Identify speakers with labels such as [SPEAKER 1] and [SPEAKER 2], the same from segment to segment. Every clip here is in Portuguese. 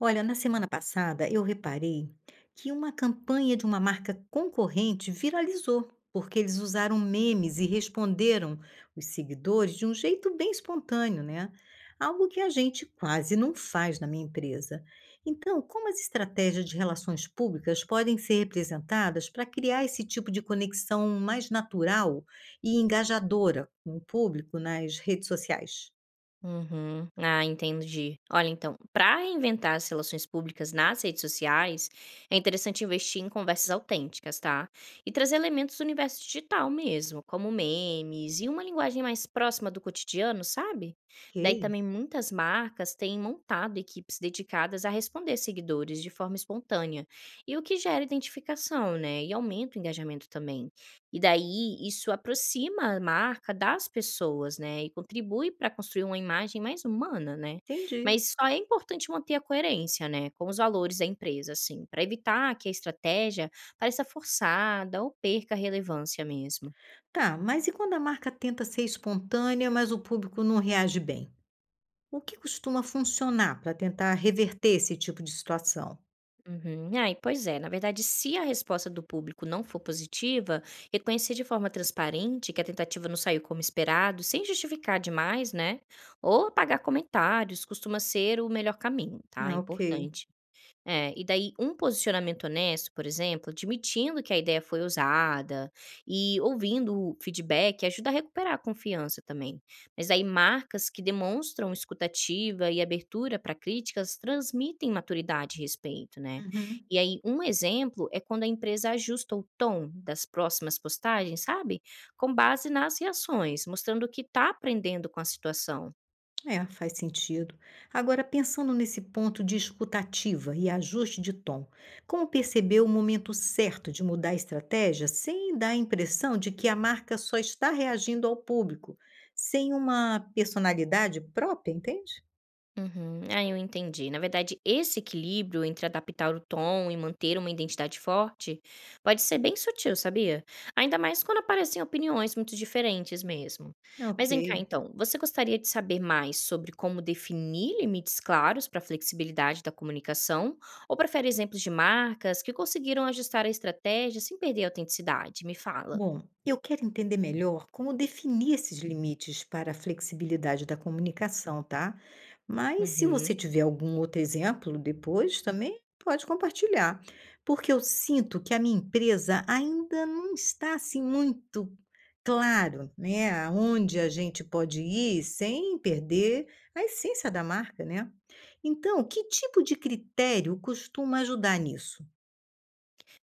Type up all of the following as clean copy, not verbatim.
[SPEAKER 1] Olha, na semana passada eu reparei que uma campanha de uma marca concorrente viralizou, porque eles usaram memes e responderam os seguidores de um jeito bem espontâneo, né? Algo que a gente quase não faz na minha empresa. Então, como as estratégias de relações públicas podem ser representadas para criar esse tipo de conexão mais natural e engajadora com o público nas redes sociais?
[SPEAKER 2] Uhum. Ah, entendi. Olha, então, para reinventar as relações públicas nas redes sociais, é interessante investir em conversas autênticas, tá? E trazer elementos do universo digital mesmo, como memes e uma linguagem mais próxima do cotidiano, sabe? Daí
[SPEAKER 1] Ok,
[SPEAKER 2] também muitas marcas têm montado equipes dedicadas a responder seguidores de forma espontânea, e o que gera identificação, né? E aumenta o engajamento também. E daí isso aproxima a marca das pessoas, né, e contribui para construir uma imagem mais humana, né.
[SPEAKER 1] entendi.
[SPEAKER 2] Mas só é importante manter a coerência, né, com os valores da empresa, assim, para evitar que a estratégia pareça forçada ou perca a relevância mesmo.
[SPEAKER 1] Tá, mas e quando a marca tenta ser espontânea, mas o público não reage bem? O que costuma funcionar para tentar reverter esse tipo de situação?
[SPEAKER 2] Uhum. Ai, pois é, na verdade, se a resposta do público não for positiva, reconhecer de forma transparente que a tentativa não saiu como esperado, sem justificar demais, né? Ou apagar comentários, costuma ser o melhor caminho, tá?
[SPEAKER 1] Ah, ok.
[SPEAKER 2] Importante. É, e daí um posicionamento honesto, por exemplo, admitindo que a ideia foi usada e ouvindo o feedback ajuda a recuperar a confiança também. Mas aí marcas que demonstram escutativa e abertura para críticas transmitem maturidade e respeito, né?
[SPEAKER 1] Uhum.
[SPEAKER 2] E aí um exemplo é quando a empresa ajusta o tom das próximas postagens, sabe? Com base nas reações, mostrando que está aprendendo com a situação.
[SPEAKER 1] É, faz sentido. Agora, pensando nesse ponto de escutativa e ajuste de tom, como perceber o momento certo de mudar a estratégia sem dar a impressão de que a marca só está reagindo ao público, sem uma personalidade própria, entende?
[SPEAKER 2] Uhum. Ah, eu entendi. Na verdade, esse equilíbrio entre adaptar o tom e manter uma identidade forte pode ser bem sutil, sabia? Ainda mais quando aparecem opiniões muito diferentes mesmo. Mas
[SPEAKER 1] Ok.
[SPEAKER 2] vem cá, então, você gostaria de saber mais sobre como definir limites claros para a flexibilidade da comunicação? Ou prefere exemplos de marcas que conseguiram ajustar a estratégia sem perder a autenticidade? Me fala.
[SPEAKER 1] Bom, eu quero entender melhor como definir esses limites para a flexibilidade da comunicação, tá? Mas se você
[SPEAKER 2] Uhum.
[SPEAKER 1] tiver algum outro exemplo depois, também pode compartilhar, porque eu sinto que a minha empresa ainda não está assim muito claro, né, aonde a gente pode ir sem perder a essência da marca, né? Então, que tipo de critério costuma ajudar nisso?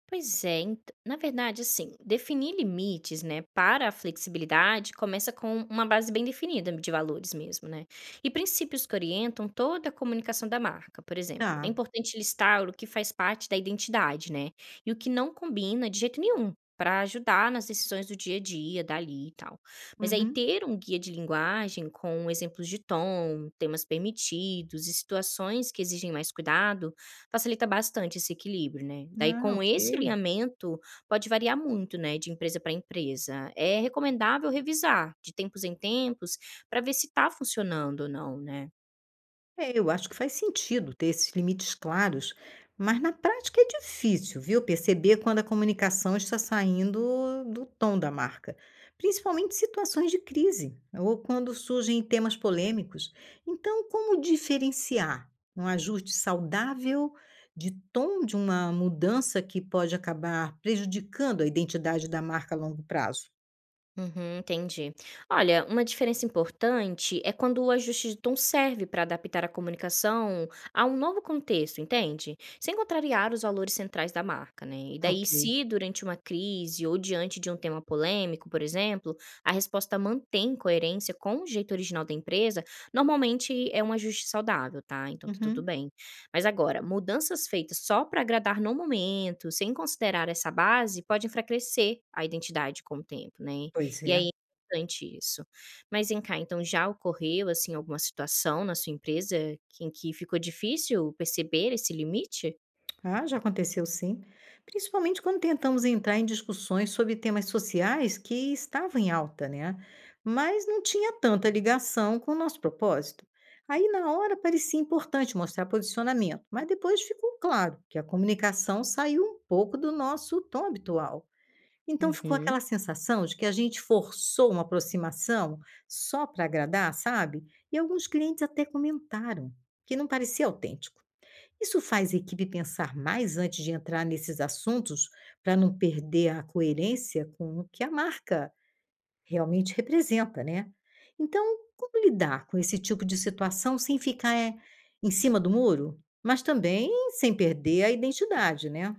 [SPEAKER 2] Pois é, ent na verdade, assim, definir limites, né, para a flexibilidade começa com uma base bem definida de valores mesmo, né, e princípios que orientam toda a comunicação da marca. Por exemplo, é
[SPEAKER 1] Tá.
[SPEAKER 2] importante listar o que faz parte da identidade, né, e o que não combina de jeito nenhum. Para ajudar nas decisões do dia a dia, dali e tal. Mas aí,
[SPEAKER 1] Uhum.
[SPEAKER 2] ter um guia de linguagem com exemplos de tom, temas permitidos e situações que exigem mais cuidado facilita bastante esse equilíbrio, né. Daí
[SPEAKER 1] Ah,
[SPEAKER 2] com
[SPEAKER 1] ok.
[SPEAKER 2] esse alinhamento, pode variar muito, né, de empresa para empresa. É recomendável revisar de tempos em tempos, para ver se está funcionando ou não, né.
[SPEAKER 1] É, eu acho que faz sentido ter esses limites claros, mas na prática é difícil, viu? Perceber quando a comunicação está saindo do tom da marca, principalmente em situações de crise ou quando surgem temas polêmicos. Então, como diferenciar um ajuste saudável de tom de uma mudança que pode acabar prejudicando a identidade da marca a longo prazo?
[SPEAKER 2] Uhum, entendi. Olha, uma diferença importante é quando o ajuste de tom serve para adaptar a comunicação a um novo contexto, entende? Sem contrariar os valores centrais da marca, né? E
[SPEAKER 1] É,
[SPEAKER 2] daí,
[SPEAKER 1] ok.
[SPEAKER 2] se durante uma crise ou diante de um tema polêmico, por exemplo, a resposta mantém coerência com o jeito original da empresa, normalmente é um ajuste saudável, tá? Então tá tudo
[SPEAKER 1] Uhum.
[SPEAKER 2] bem. Mas agora, mudanças feitas só para agradar no momento, sem considerar essa base, pode enfraquecer a identidade com o tempo, né?
[SPEAKER 1] Pois
[SPEAKER 2] E
[SPEAKER 1] é.
[SPEAKER 2] aí é importante isso. Mas vem cá, então já ocorreu, assim, alguma situação na sua empresa que em que ficou difícil perceber esse limite?
[SPEAKER 1] Ah, já aconteceu sim, principalmente quando tentamos entrar em discussões sobre temas sociais que estavam em alta, né? Mas não tinha tanta ligação com o nosso propósito. Aí, na hora, parecia importante mostrar posicionamento, mas depois ficou claro que a comunicação saiu um pouco do nosso tom habitual. Então, ficou
[SPEAKER 2] Uhum.
[SPEAKER 1] aquela sensação de que a gente forçou uma aproximação só para agradar, sabe? E alguns clientes até comentaram que não parecia autêntico. Isso faz a equipe pensar mais antes de entrar nesses assuntos para não perder a coerência com o que a marca realmente representa, né? Então, como lidar com esse tipo de situação sem ficar em cima do muro, mas também sem perder a identidade, né?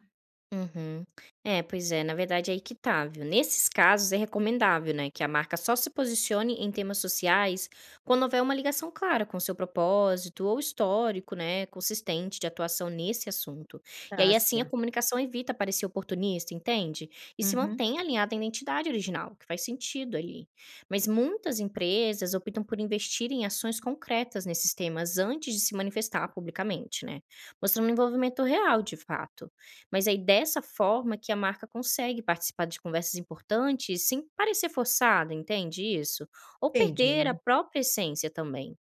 [SPEAKER 2] Uhum. É, pois é, na verdade é aí que tá, viu? Nesses casos é recomendável, né, que a marca só se posicione em temas sociais quando houver uma ligação clara com seu propósito ou histórico, né, consistente de atuação nesse assunto. E
[SPEAKER 1] Tá
[SPEAKER 2] aí assim a
[SPEAKER 1] certo.
[SPEAKER 2] comunicação evita parecer oportunista, entende? E se
[SPEAKER 1] Uhum,
[SPEAKER 2] mantém alinhada à identidade original, que faz sentido ali. Mas muitas empresas optam por investir em ações concretas nesses temas antes de se manifestar publicamente, né? Mostrando um envolvimento real, de fato. Mas aí dessa forma que a marca consegue participar de conversas importantes sem parecer forçada, entende isso? Ou perder a
[SPEAKER 1] entendi.
[SPEAKER 2] própria essência também.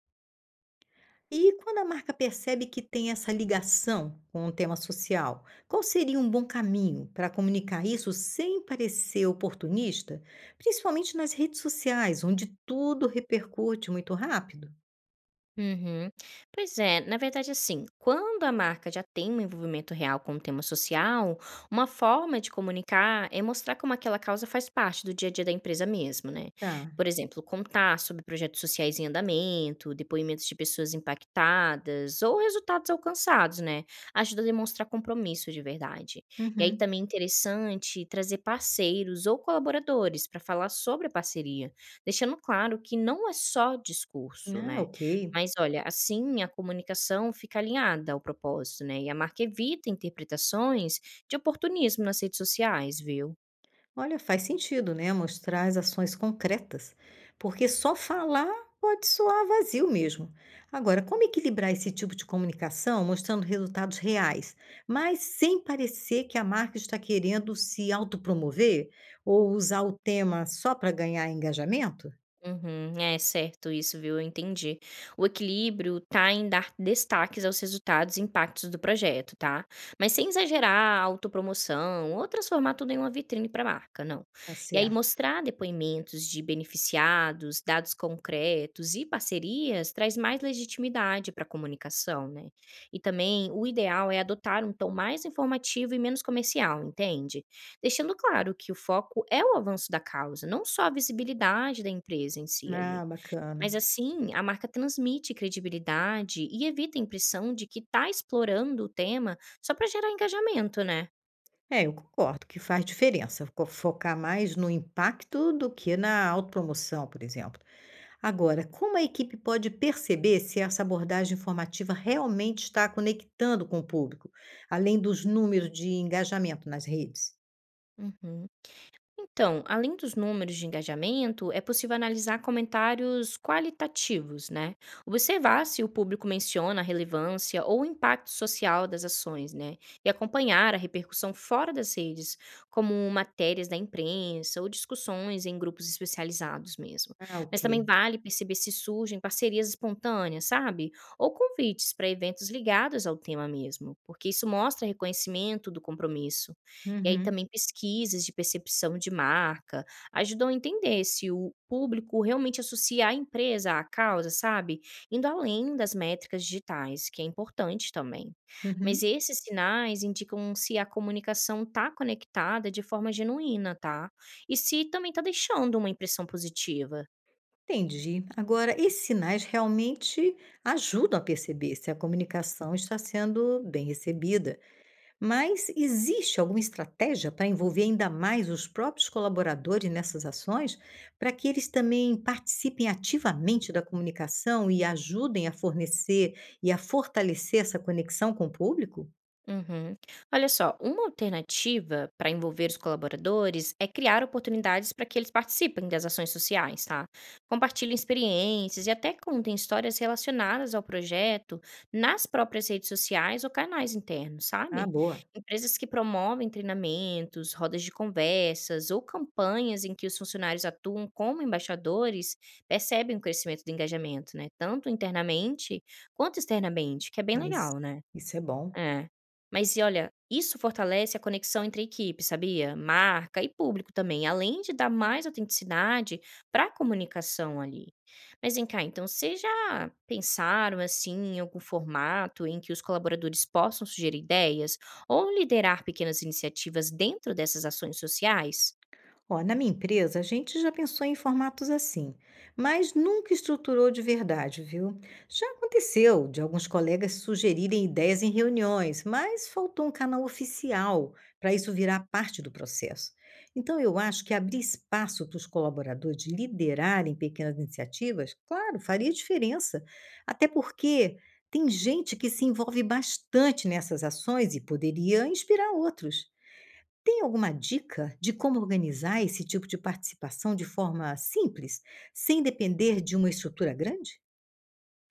[SPEAKER 1] E quando a marca percebe que tem essa ligação com o tema social, qual seria um bom caminho para comunicar isso sem parecer oportunista, principalmente nas redes sociais, onde tudo repercute muito rápido?
[SPEAKER 2] Uhum. Pois é, na verdade, assim, quando a marca já tem um envolvimento real com o tema social, uma forma de comunicar é mostrar como aquela causa faz parte do dia a dia da empresa mesmo, né?
[SPEAKER 1] Tá.
[SPEAKER 2] Por exemplo, contar sobre projetos sociais em andamento, depoimentos de pessoas impactadas ou resultados alcançados, né? Ajuda a demonstrar compromisso de verdade. E aí
[SPEAKER 1] Uhum.
[SPEAKER 2] também é interessante trazer parceiros ou colaboradores para falar sobre a parceria, deixando claro que não é só discurso,
[SPEAKER 1] Ah,
[SPEAKER 2] né?
[SPEAKER 1] ok.
[SPEAKER 2] Mas olha, assim a comunicação fica alinhada ao propósito, né? E a marca evita interpretações de oportunismo nas redes sociais, viu?
[SPEAKER 1] Olha, faz sentido, né, mostrar as ações concretas, porque só falar pode soar vazio mesmo. Agora, como equilibrar esse tipo de comunicação mostrando resultados reais, mas sem parecer que a marca está querendo se autopromover ou usar o tema só para ganhar engajamento?
[SPEAKER 2] Uhum. É certo isso, viu, eu entendi. O equilíbrio tá em dar destaques aos resultados e impactos do projeto, tá? Mas sem exagerar a autopromoção ou transformar tudo em uma vitrine para a marca, não.
[SPEAKER 1] Tá
[SPEAKER 2] E aí
[SPEAKER 1] certo.
[SPEAKER 2] mostrar depoimentos de beneficiados, dados concretos e parcerias traz mais legitimidade para a comunicação, né? E também o ideal é adotar um tom mais informativo e menos comercial, entende? Deixando claro que o foco é o avanço da causa, não só a visibilidade da empresa em si ali.
[SPEAKER 1] Ah,
[SPEAKER 2] Mas
[SPEAKER 1] bacana.
[SPEAKER 2] assim, a marca transmite credibilidade e evita a impressão de que está explorando o tema só para gerar engajamento, né?
[SPEAKER 1] É, eu concordo que faz diferença focar mais no impacto do que na autopromoção, por exemplo. Agora, como a equipe pode perceber se essa abordagem informativa realmente está conectando com o público, além dos números de engajamento nas redes?
[SPEAKER 2] Uhum. Então, além dos números de engajamento, é possível analisar comentários qualitativos, né? Observar se o público menciona a relevância ou o impacto social das ações, né? E acompanhar a repercussão fora das redes, como matérias da imprensa ou discussões em grupos especializados mesmo.
[SPEAKER 1] Ah,
[SPEAKER 2] Mas também
[SPEAKER 1] ok.
[SPEAKER 2] vale perceber se surgem parcerias espontâneas, sabe? Ou convites para eventos ligados ao tema mesmo, porque isso mostra reconhecimento do compromisso. E aí
[SPEAKER 1] Uhum,
[SPEAKER 2] também pesquisas de percepção de marca ajudam a entender se o público realmente associa a empresa à causa, sabe? Indo além das métricas digitais, que é importante também. Mas
[SPEAKER 1] uhum.
[SPEAKER 2] esses sinais indicam se a comunicação está conectada de forma genuína, tá? E se também está deixando uma impressão positiva.
[SPEAKER 1] Entendi. Agora, esses sinais realmente ajudam a perceber se a comunicação está sendo bem recebida. Mas existe alguma estratégia para envolver ainda mais os próprios colaboradores nessas ações, para que eles também participem ativamente da comunicação e ajudem a fornecer e a fortalecer essa conexão com o público?
[SPEAKER 2] Uhum. Olha só, uma alternativa para envolver os colaboradores é criar oportunidades para que eles participem das ações sociais, tá? Compartilhem experiências e até contem histórias relacionadas ao projeto nas próprias redes sociais ou canais internos,
[SPEAKER 1] Ah,
[SPEAKER 2] sabe?
[SPEAKER 1] boa.
[SPEAKER 2] Empresas que promovem treinamentos, rodas de conversas ou campanhas em que os funcionários atuam como embaixadores percebem o crescimento do engajamento, né? Tanto internamente quanto externamente, que é bem
[SPEAKER 1] É isso.
[SPEAKER 2] legal, né?
[SPEAKER 1] Isso é bom.
[SPEAKER 2] É. Mas e olha, isso fortalece a conexão entre a equipe, sabia? Marca e público também, além de dar mais autenticidade para a comunicação ali. Mas vem cá, então vocês já pensaram assim em algum formato em que os colaboradores possam sugerir ideias ou liderar pequenas iniciativas dentro dessas ações sociais?
[SPEAKER 1] Ó, na minha empresa, a gente já pensou em formatos assim, mas nunca estruturou de verdade, viu? Já aconteceu de alguns colegas sugerirem ideias em reuniões, mas faltou um canal oficial para isso virar parte do processo. Então, eu acho que abrir espaço para os colaboradores liderarem pequenas iniciativas, claro, faria diferença. Até porque tem gente que se envolve bastante nessas ações e poderia inspirar outros. Tem alguma dica de como organizar esse tipo de participação de forma simples, sem depender de uma estrutura grande?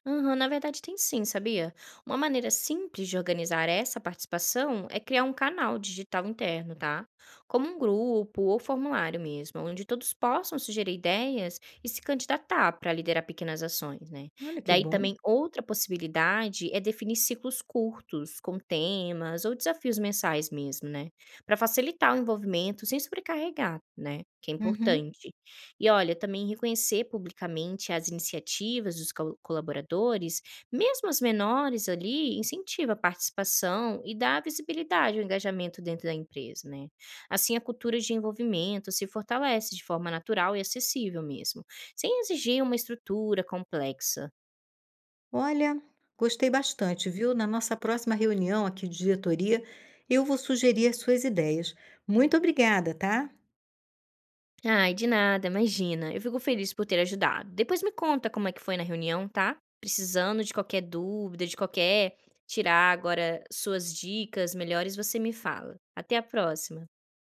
[SPEAKER 2] Aham, na verdade tem sim, sabia? Uma maneira simples de organizar essa participação é criar um canal digital interno, tá? Como um grupo ou formulário mesmo, onde todos possam sugerir ideias e se candidatar para liderar pequenas ações, né?
[SPEAKER 1] Olha que
[SPEAKER 2] Daí
[SPEAKER 1] bom.
[SPEAKER 2] também outra possibilidade é definir ciclos curtos, com temas ou desafios mensais mesmo, né? Para facilitar o envolvimento sem sobrecarregar, né? Que é
[SPEAKER 1] Uhum.
[SPEAKER 2] importante. E olha, também reconhecer publicamente as iniciativas dos colaboradores, mesmo as menores ali, incentiva a participação e dá visibilidade ao engajamento dentro da empresa, né? Assim, a cultura de envolvimento se fortalece de forma natural e acessível mesmo, sem exigir uma estrutura complexa.
[SPEAKER 1] Olha, gostei bastante, viu? Na nossa próxima reunião aqui de diretoria, eu vou sugerir as suas ideias. Muito obrigada, tá?
[SPEAKER 2] Ai, de nada, imagina. Eu fico feliz por ter ajudado. Depois me conta como é que foi na reunião, tá? Precisando de qualquer dúvida, de qualquer tirar agora suas dicas melhores, você me fala. Até a próxima.